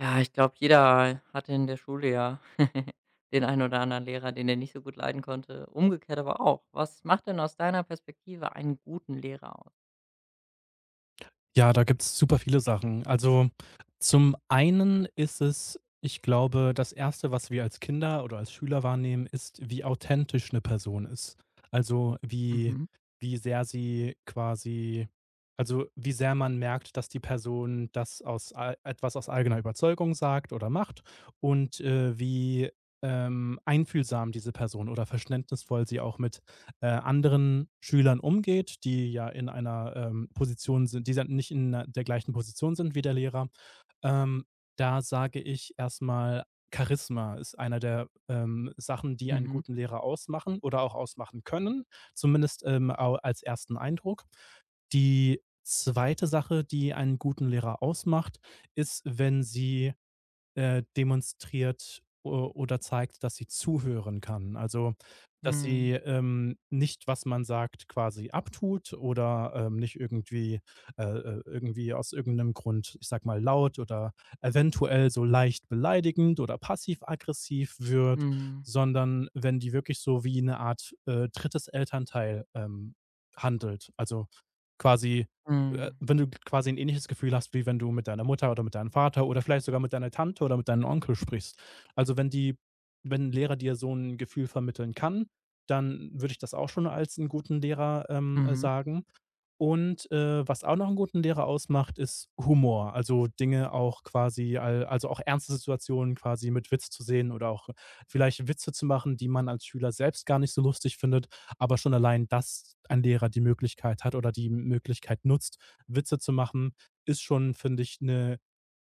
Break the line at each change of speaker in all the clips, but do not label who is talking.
Ja, ich glaube, jeder hatte in der Schule ja den einen oder anderen Lehrer, den er nicht so gut leiden konnte. Umgekehrt aber auch. Was macht denn aus deiner Perspektive einen guten Lehrer aus?
Ja, da gibt's super viele Sachen. Also, zum einen ist es, ich glaube, das erste, was wir als Kinder oder als Schüler wahrnehmen, ist, wie authentisch eine Person ist. Also, wie
Mhm,
wie sehr sie quasi, wie sehr man merkt, dass die Person das aus ei etwas aus eigener Überzeugung sagt oder macht. Und wie einfühlsam diese Person oder verständnisvoll sie auch mit anderen Schülern umgeht, die ja in einer Position sind, die sind nicht in einer- der gleichen Position sind wie der Lehrer. Ähm, da sage ich erstmal, Charisma ist einer der Sachen, die einen
mhm,
guten Lehrer ausmachen oder auch ausmachen können, zumindest als ersten Eindruck. Die zweite Sache, die einen guten Lehrer ausmacht, ist, wenn sie demonstriert o oder zeigt, dass sie zuhören kann. Also, dass
mhm,
sie nicht, was man sagt, quasi abtut oder nicht irgendwie irgendwie aus irgendeinem Grund, ich sage mal, laut oder eventuell so leicht beleidigend oder passiv-aggressiv wird,
mhm,
sondern wenn die wirklich so wie eine Art drittes Elternteil handelt. Also, quasi
mhm,
wenn du quasi ein ähnliches Gefühl hast, wie wenn du mit deiner Mutter oder mit deinem Vater oder vielleicht sogar mit deiner Tante oder mit deinem Onkel sprichst. Also, wenn 'n Lehrer dir so ein Gefühl vermitteln kann, dann würde ich das auch schon als einen guten Lehrer
mhm.
sagen. Und was auch noch einen guten Lehrer ausmacht, ist Humor. Also, Dinge auch quasi al also, auch ernste Situationen quasi mit Witz zu sehen oder auch vielleicht Witze zu machen, die man als Schüler selbst gar nicht so lustig findet. Aber schon allein, dass ein Lehrer die Möglichkeit hat oder die Möglichkeit nutzt, Witze zu machen, ist schon, finde ich, eine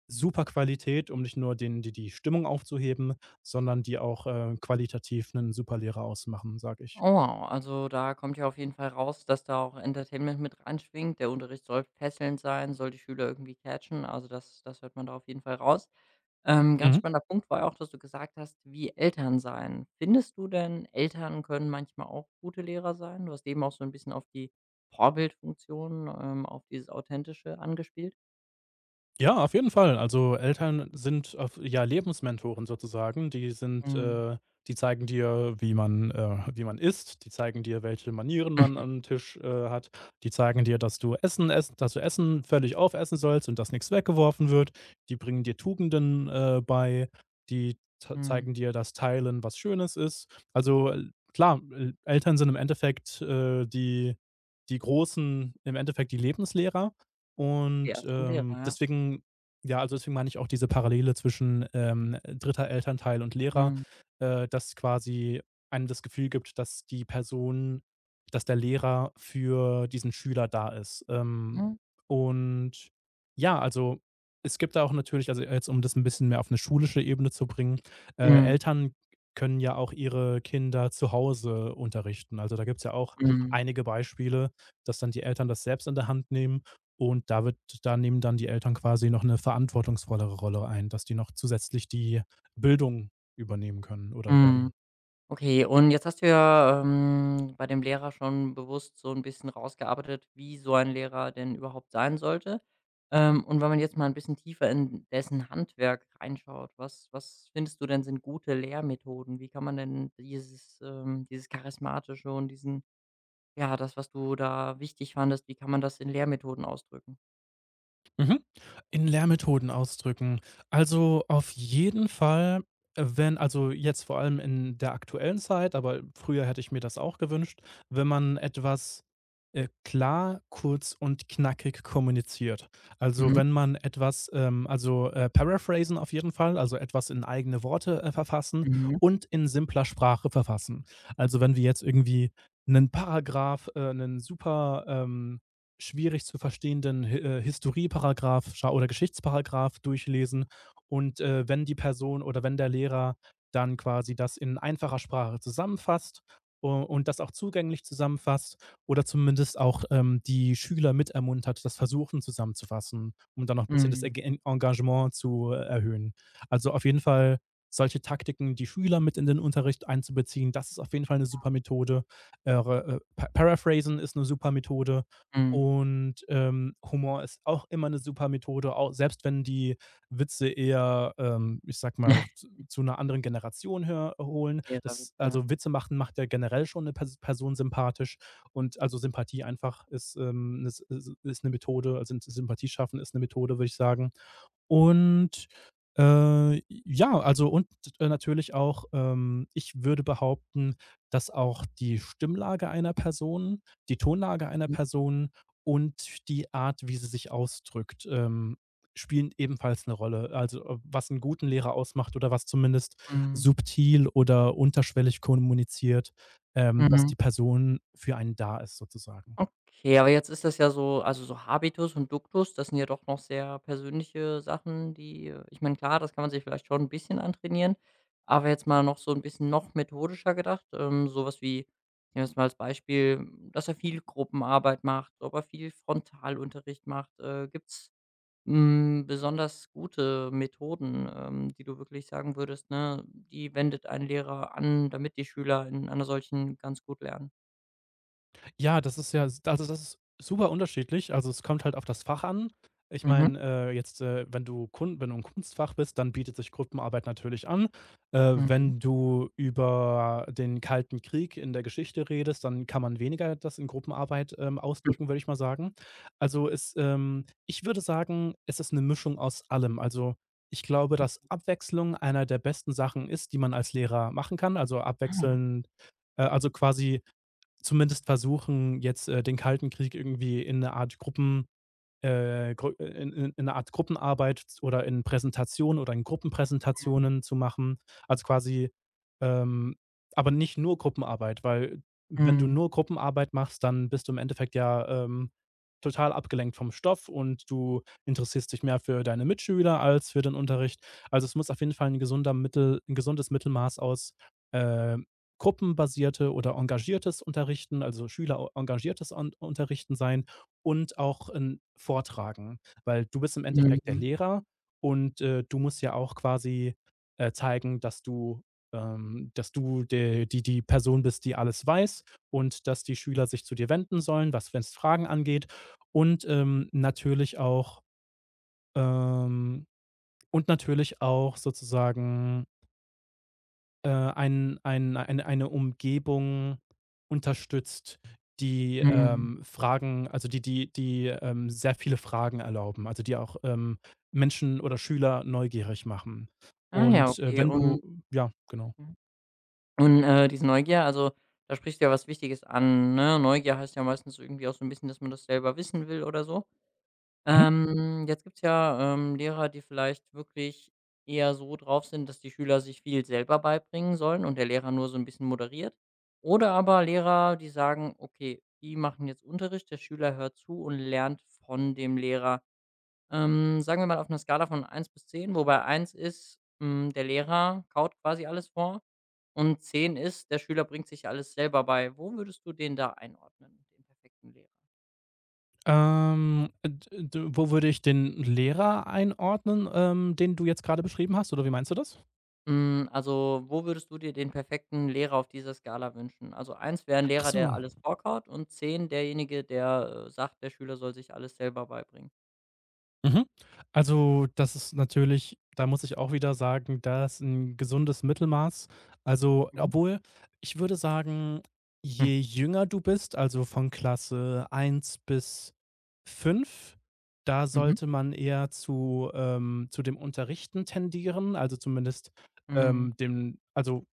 super Qualität, um nicht nur den die die Stimmung aufzuheben, sondern die auch qualitativ einen super Lehrer ausmachen, sage ich.
Oh wow, also da kommt ja auf jeden Fall raus, dass da auch Entertainment mit reinschwingt. Der Unterricht soll fesselnd sein, soll die Schüler irgendwie catchen. Also das, das hört man da auf jeden Fall raus. Ganz
Mhm.
spannender Punkt war ja auch, dass du gesagt hast, wie Eltern sein. Findest du denn, Eltern können manchmal auch gute Lehrer sein? Du hast eben auch so ein bisschen auf die Vorbildfunktion, auf dieses Authentische angespielt.
Ja, auf jeden Fall. Also, Eltern sind auf ja, Lebensmentoren sozusagen. Die
Mhm.
sind,
Mhm.
äh die zeigen dir, wie man isst. Die zeigen dir, welche Manieren man am Tisch hat. Die zeigen dir, dass du Essen völlig aufessen sollst und dass nichts weggeworfen wird. Die bringen dir Tugenden bei. Die z zeigen
Mhm.
dir, dass Teilen was Schönes ist. Also klar, Eltern sind im Endeffekt die die großen, im Endeffekt die Lebenslehrer. Und
Die ersten Lehrer, ja.
deswegen, ja, also deswegen meine ich auch diese Parallele zwischen dritter Elternteil und Lehrer
Mhm.
dass quasi einem das Gefühl gibt, dass die Person dass der Lehrer für diesen Schüler da ist. Ähm,
Mhm.
und ja, also es gibt da auch natürlich, also jetzt, um das ein bisschen mehr auf eine schulische Ebene zu bringen
Mhm.
Eltern können ja auch ihre Kinder zu Hause unterrichten. Also, da gibt's ja auch einige Beispiele, dass dann die Eltern das selbst in der Hand nehmen und da nehmen dann die Eltern quasi noch eine verantwortungsvollere Rolle ein, dass die noch zusätzlich die Bildung übernehmen können oder
Mhm.
werden.
Okay, und jetzt hast du ja, bei dem Lehrer schon bewusst so ein bisschen rausgearbeitet, wie so ein Lehrer denn überhaupt sein sollte. Und wenn man jetzt mal ein bisschen tiefer in dessen Handwerk reinschaut, was findest du denn, sind gute Lehrmethoden? Wie kann man denn dieses Charismatische und diesen ja, das, was du da wichtig fandest, wie kann man das in Lehrmethoden ausdrücken?
Mhm. In Lehrmethoden ausdrücken. Also auf jeden Fall wenn, also jetzt vor allem in der aktuellen Zeit, aber früher hätte ich mir das auch gewünscht, wenn man etwas klar, kurz und knackig kommuniziert. Also
Mhm,
wenn man etwas, also paraphrasen auf jeden Fall, also etwas in eigene Worte verfassen
mhm,
und in simpler Sprache verfassen. Also wenn wir jetzt irgendwie einen Paragraph 'nen super, schwierig zu verstehenden Hi Historieparagraph scha oder Geschichtsparagraph durchlesen. Und wenn die Person oder wenn der Lehrer dann quasi das in einfacher Sprache zusammenfasst u und das auch zugänglich zusammenfasst oder zumindest auch die Schüler mit ermuntert, das Versuchen zusammenzufassen, um dann noch ein bisschen das
mhm,
Ege Engagement zu erhöhen. Also, auf jeden Fall, solche Taktiken, die Schüler mit in den Unterricht einzubeziehen, das ist auf jeden Fall eine super Methode. Re Pa Paraphrasen ist eine super Methode.
mhm.
Und Humor ist auch immer eine super Methode, auch selbst wenn die Witze eher ich sag mal, z zu einer anderen Generation hör holen.
Lehrerwitz,
Das,
ja.
also, Witze machen macht ja generell schon eine Person sympathisch, und also, Sympathie einfach ist ist 'ne Methode, also, Sympathie schaffen ist eine Methode, würde ich sagen. Und ja, also, und natürlich auch ich würde behaupten, dass auch die Stimmlage einer Person, die Tonlage einer
Mhm.
Person und die Art, wie sie sich ausdrückt spielen ebenfalls eine Rolle Also was einen guten Lehrer ausmacht oder was zumindest
Mhm.
subtil oder unterschwellig kommuniziert dass
Mhm.
die Person für einen da ist sozusagen.
Okay, aber jetzt ist das ja so also so Habitus und Duktus, das sind ja doch noch sehr persönliche Sachen, die ich meine, klar, das kann man sich vielleicht schon ein bisschen antrainieren, aber jetzt mal noch so ein bisschen noch methodischer gedacht, so wie nehmen wir jetzt mal als Beispiel, dass er viel Gruppenarbeit macht, ob er viel Frontalunterricht macht. Gibt's, besonders gute Methoden, die du wirklich sagen würdest, ne, die wendet ein Lehrer an, damit die Schüler in einer solchen ganz gut lernen?
Ja, das ist ja, also, das ist super unterschiedlich. Also, es kommt halt auf das Fach an. Ich
Mhm,
meine jetzt wenn du im Kunstfach bist, dann bietet sich Gruppenarbeit natürlich an. Äh,
mhm.
wenn du über den Kalten Krieg in der Geschichte redest, dann kann man weniger das in Gruppenarbeit ausdrücken, würde ich mal sagen. Also, ich würde sagen, es ist eine Mischung aus allem. Also, ich glaube, dass Abwechslung einer der besten Sachen ist, die man als Lehrer machen kann. Also, abwechselnd also, quasi, zumindest versuchen, jetzt den Kalten Krieg irgendwie in in 'ner Art Gruppenarbeit oder in Präsentationen oder in Gruppenpräsentationen zu machen. Also, quasi, ähm aber nicht nur Gruppenarbeit, weil, wenn du
Mhm.
nur Gruppenarbeit machst, dann bist du im Endeffekt ja total abgelenkt vom Stoff und du interessierst dich mehr für deine Mitschüler als für den Unterricht. Also, es muss auf jeden Fall ein gesundes Mittelmaß aus, ähm, gruppenbasierte oder engagiertes Unterrichten, also Schüler engagiertes on Unterrichten sein und auch vortragen, weil du bist im Endeffekt der
Mhm.
Lehrer und du musst ja auch quasi zeigen, dass du, dass du de die die Person bist, die alles weiß und dass die Schüler sich zu dir wenden sollen, was wenn es Fragen angeht, und natürlich auch, ähm, und natürlich auch sozusagen eine Umgebung unterstützt, die
Mhm.
Fragen, sehr viele Fragen erlauben, also die auch Menschen oder Schüler neugierig machen.
Ah ja,
Und
okay.
wenn
Und
du ja, genau.
und, diese Neugier, also, da sprichst du ja was Wichtiges an, ne? Neugier heißt ja meistens irgendwie auch so ein bisschen, dass man das selber wissen will oder so.
Mhm.
Jetzt gibt's ja, Lehrer, die vielleicht wirklich eher so drauf sind, dass die Schüler sich viel selber beibringen sollen und der Lehrer nur so ein bisschen moderiert. Oder aber Lehrer, die sagen: „Okay, die machen jetzt Unterricht, der Schüler hört zu und lernt von dem Lehrer.“ Sagen wir mal auf einer Skala von eins bis 10, wobei eins ist, der Lehrer kaut quasi alles vor und 10 ist, der Schüler bringt sich alles selber bei. Wo würdest du den da einordnen, den perfekten Lehrer?
D d Wo würde ich den Lehrer einordnen den du jetzt gerade beschrieben hast, oder wie meinst du das?
Also, wo würdest du dir den perfekten Lehrer auf dieser Skala wünschen? Also, eins wäre ein
Ach
Lehrer, der
so.
alles vorkaut und 10 derjenige, der sagt, der Schüler soll sich alles selber beibringen.
Mhm. Also, das ist natürlich, da muss ich auch wieder sagen, das ist 'n gesundes Mittelmaß. Also,
Mhm.
obwohl, ich würde sagen, je jünger du bist, also von Klasse eins bis 5, da
Mhm.
sollte man eher zu dem Unterrichten tendieren, also zumindest
Mhm.
dem also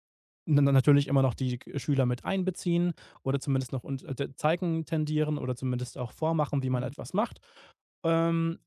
natürlich immer noch die G Schüler mit einbeziehen oder zumindest noch und d zeigen, tendieren oder zumindest auch vormachen, wie man
Mhm.
etwas macht. Ähm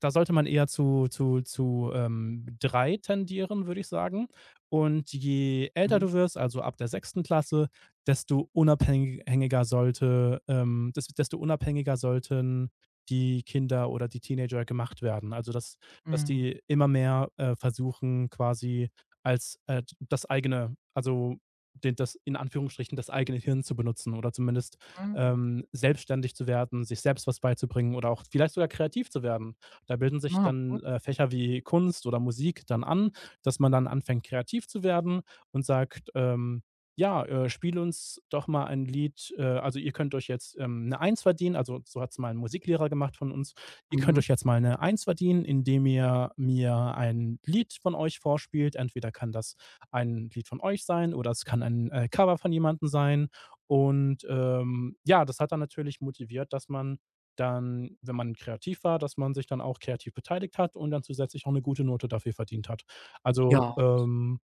Da sollte man eher zu 3 tendieren, würde ich sagen. Und je älter
Mhm.
du wirst, also ab der sechsten Klasse, desto unabhängiger sollten die Kinder oder die Teenager gemacht werden. Also, dass dass
Mhm.
die immer mehr versuchen, quasi, als das eigene also den das, in Anführungsstrichen, das eigene Hirn zu benutzen oder zumindest
Mhm.
selbstständig zu werden, sich selbst was beizubringen oder auch vielleicht sogar kreativ zu werden. Da bilden sich
Ah,
dann
gut.
Fächer wie Kunst oder Musik dann an, dass man dann anfängt, kreativ zu werden und sagt: „Ja spiel uns doch mal ein Lied also, ihr könnt euch jetzt 'ne 1 verdienen“, also, so hat's mal ein Musiklehrer gemacht von uns: „Ihr könnt
Mhm.
euch jetzt mal eine Eins verdienen, indem ihr mir ein Lied von euch vorspielt.“ Entweder kann das ein Lied von euch sein oder es kann ein Cover von jemandem sein. Und ja, das hat dann natürlich motiviert, dass man dann, wenn man kreativ war, dass man sich dann auch kreativ beteiligt hat und dann zusätzlich auch eine gute Note dafür verdient hat. Also
Ja.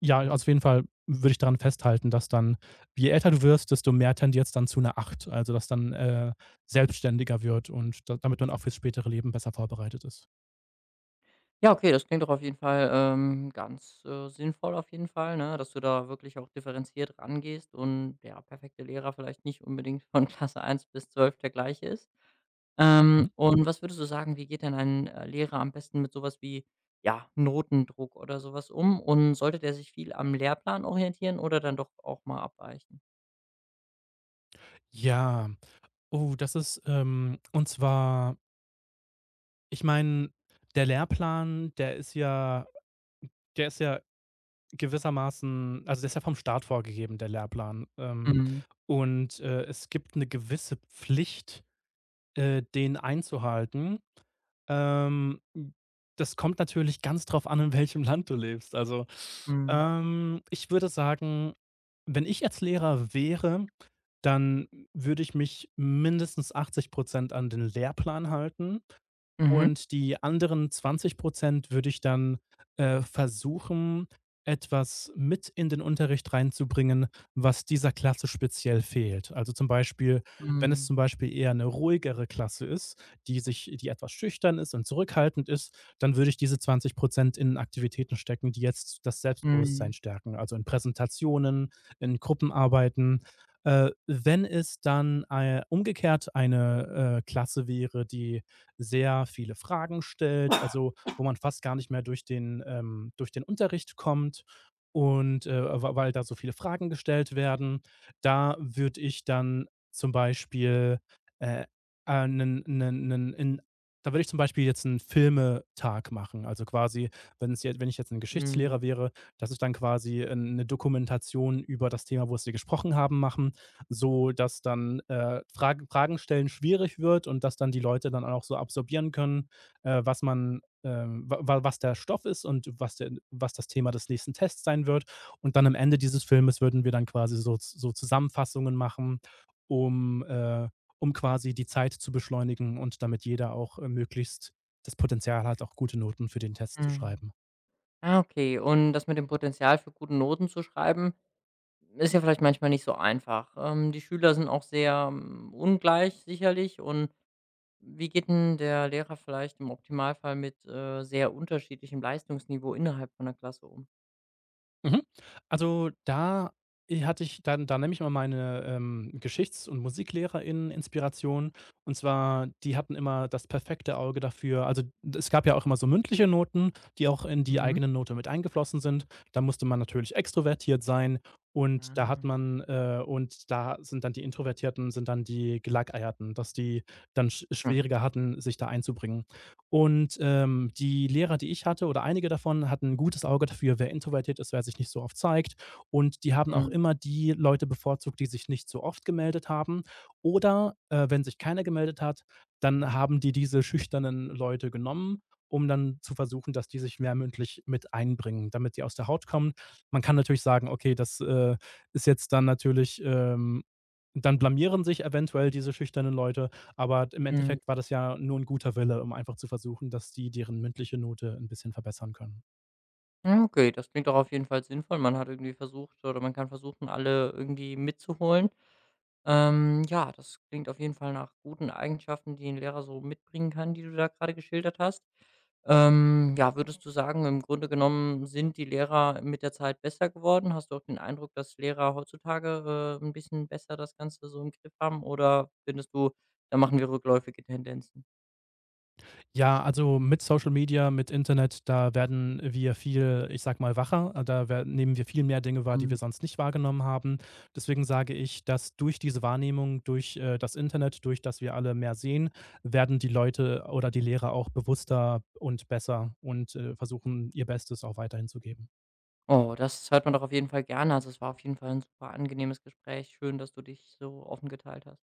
ja, also, auf jeden Fall würde ich daran festhalten, dass dann, je älter du wirst, desto mehr tendiert's dann zu einer 8, also, dass dann selbstständiger wird und da damit man auch fürs spätere Leben besser vorbereitet ist.
Ja, okay, das klingt doch auf jeden Fall ganz sinnvoll auf jeden Fall, ne, dass du da wirklich auch differenziert rangehst und der perfekte Lehrer vielleicht nicht unbedingt von Klasse eins bis 12 der gleiche ist. Ähm,
Mhm.
und was würdest du sagen, wie geht denn ein Lehrer am besten mit sowas wie, ja, Notendruck oder sowas um? Und sollte der sich viel am Lehrplan orientieren oder dann doch auch mal abweichen?
Ja, oh, das ist, und zwar, ich meine, der Lehrplan, der ist ja, der ist ja gewissermaßen, also, der ist ja vom Staat vorgegeben, der Lehrplan. Ähm,
Mhm,
und es gibt eine gewisse Pflicht den einzuhalten. Ähm, hm, das kommt natürlich ganz drauf an, in welchem Land du lebst. Also
mhm,
ich würde sagen, wenn ich jetzt Lehrer wäre, dann würde ich mich mindestens 80% an den Lehrplan halten.
mhm,
Und die anderen 20% würde ich dann versuchen, etwas mit in den Unterricht reinzubringen, was dieser Klasse speziell fehlt. Also, zum Beispiel, wenn es
mhm,
zum Beispiel eher eine ruhigere Klasse ist, die sich die etwas schüchtern ist und zurückhaltend ist, dann würde ich diese 20% in Aktivitäten stecken, die jetzt das
mhm,
Selbstbewusstsein stärken, also in Präsentationen, in Gruppenarbeiten. Wenn es dann umgekehrt eine Klasse wäre, die sehr viele Fragen stellt, also wo man fast gar nicht mehr durch den durch den Unterricht kommt, und weil da so viele Fragen gestellt werden. Da würde ich dann, zum Beispiel, äh, einen, einen, einen, in, da würde ich zum Beispiel jetzt einen Filmetag machen. Also quasi, wenn ich jetzt ein Geschichtslehrer
mhm,
wäre, dass ich dann quasi eine Dokumentation über das Thema, wo es wir gesprochen haben, machen, so dass dann Fragen stellen schwierig wird und dass dann die Leute dann auch so absorbieren können was man, wa was der Stoff ist und was, der, was das Thema des nächsten Tests sein wird. Und dann, am Ende dieses Filmes, würden wir dann quasi so, so Zusammenfassungen machen, um um quasi die Zeit zu beschleunigen und damit jeder auch möglichst das Potenzial hat, auch gute Noten für den Test zu
mhm.
schreiben.
Ah, okay. Und das mit dem Potenzial für gute Noten zu schreiben ist ja vielleicht manchmal nicht so einfach. Die Schüler sind auch sehr ungleich sicherlich. Und wie geht denn der Lehrer vielleicht im Optimalfall mit sehr unterschiedlichem Leistungsniveau innerhalb von der Klasse um?
Mhm. Also, da i hatte ich dann, da nehme ich mal meine Geschichts- und Musiklehrer*innen-Inspiration. Und zwar, die hatten immer das perfekte Auge dafür. Also, es gab ja auch immer so mündliche Noten, die auch in die
Mhm.
eigene Note mit eingeflossen sind. Da musste man natürlich extrovertiert sein,
Ah,
und da hat
hm,
man und da sind dann die Introvertierten, sind dann die Gelackmeierten, dass die dann schwieriger hatten, sich da einzubringen. Und die Lehrer, die ich hatte, oder einige davon, hatten ein gutes Auge dafür, wer introvertiert ist, wer sich nicht so oft zeigt. Und die haben auch
hm,
immer die Leute bevorzugt, die sich nicht so oft gemeldet haben. Oder wenn sich keiner gemeldet hat, dann haben die diese schüchternen Leute genommen, um dann zu versuchen, dass die sich mehr mündlich mit einbringen, damit die aus der Haut kommen. Man kann natürlich sagen, okay, das ist jetzt dann natürlich dann blamieren sich eventuell diese schüchternen Leute. Aber im
hm.
Endeffekt war das ja nur ein guter Wille, um einfach zu versuchen, dass die deren mündliche Note ein bisschen verbessern können.
Ja, okay, das klingt doch auf jeden Fall sinnvoll. Man hat irgendwie versucht oder man kann versuchen, alle irgendwie mitzuholen. Ja, das klingt auf jeden Fall nach guten Eigenschaften, die ein Lehrer so mitbringen kann, die du da gerade geschildert hast. Ja, würdest du sagen, im Grunde genommen sind die Lehrer mit der Zeit besser geworden? Hast du auch den Eindruck, dass Lehrer heutzutage 'n bisschen besser das Ganze so im Griff haben oder findest du, da machen wir rückläufige Tendenzen?
Ja, also mit Social Media, mit Internet, da werden wir viel, ich sag mal, wacher. Da wer nehmen wir viel mehr Dinge wahr, die wir
Mhm.
sonst nicht wahrgenommen haben. Deswegen sage ich, dass durch diese Wahrnehmung, durch das Internet, durch das wir alle mehr sehen, werden die Leute oder die Lehrer auch bewusster und besser und versuchen, ihr Bestes auch weiterhin zu geben.
Oh, das hört man doch auf jeden Fall gerne. Also, es war auf jeden Fall ein super angenehmes Gespräch. Schön, dass du dich so offen geteilt hast.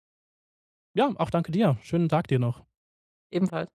Ja, auch danke dir. Schönen Tag dir noch.
Ebenfalls.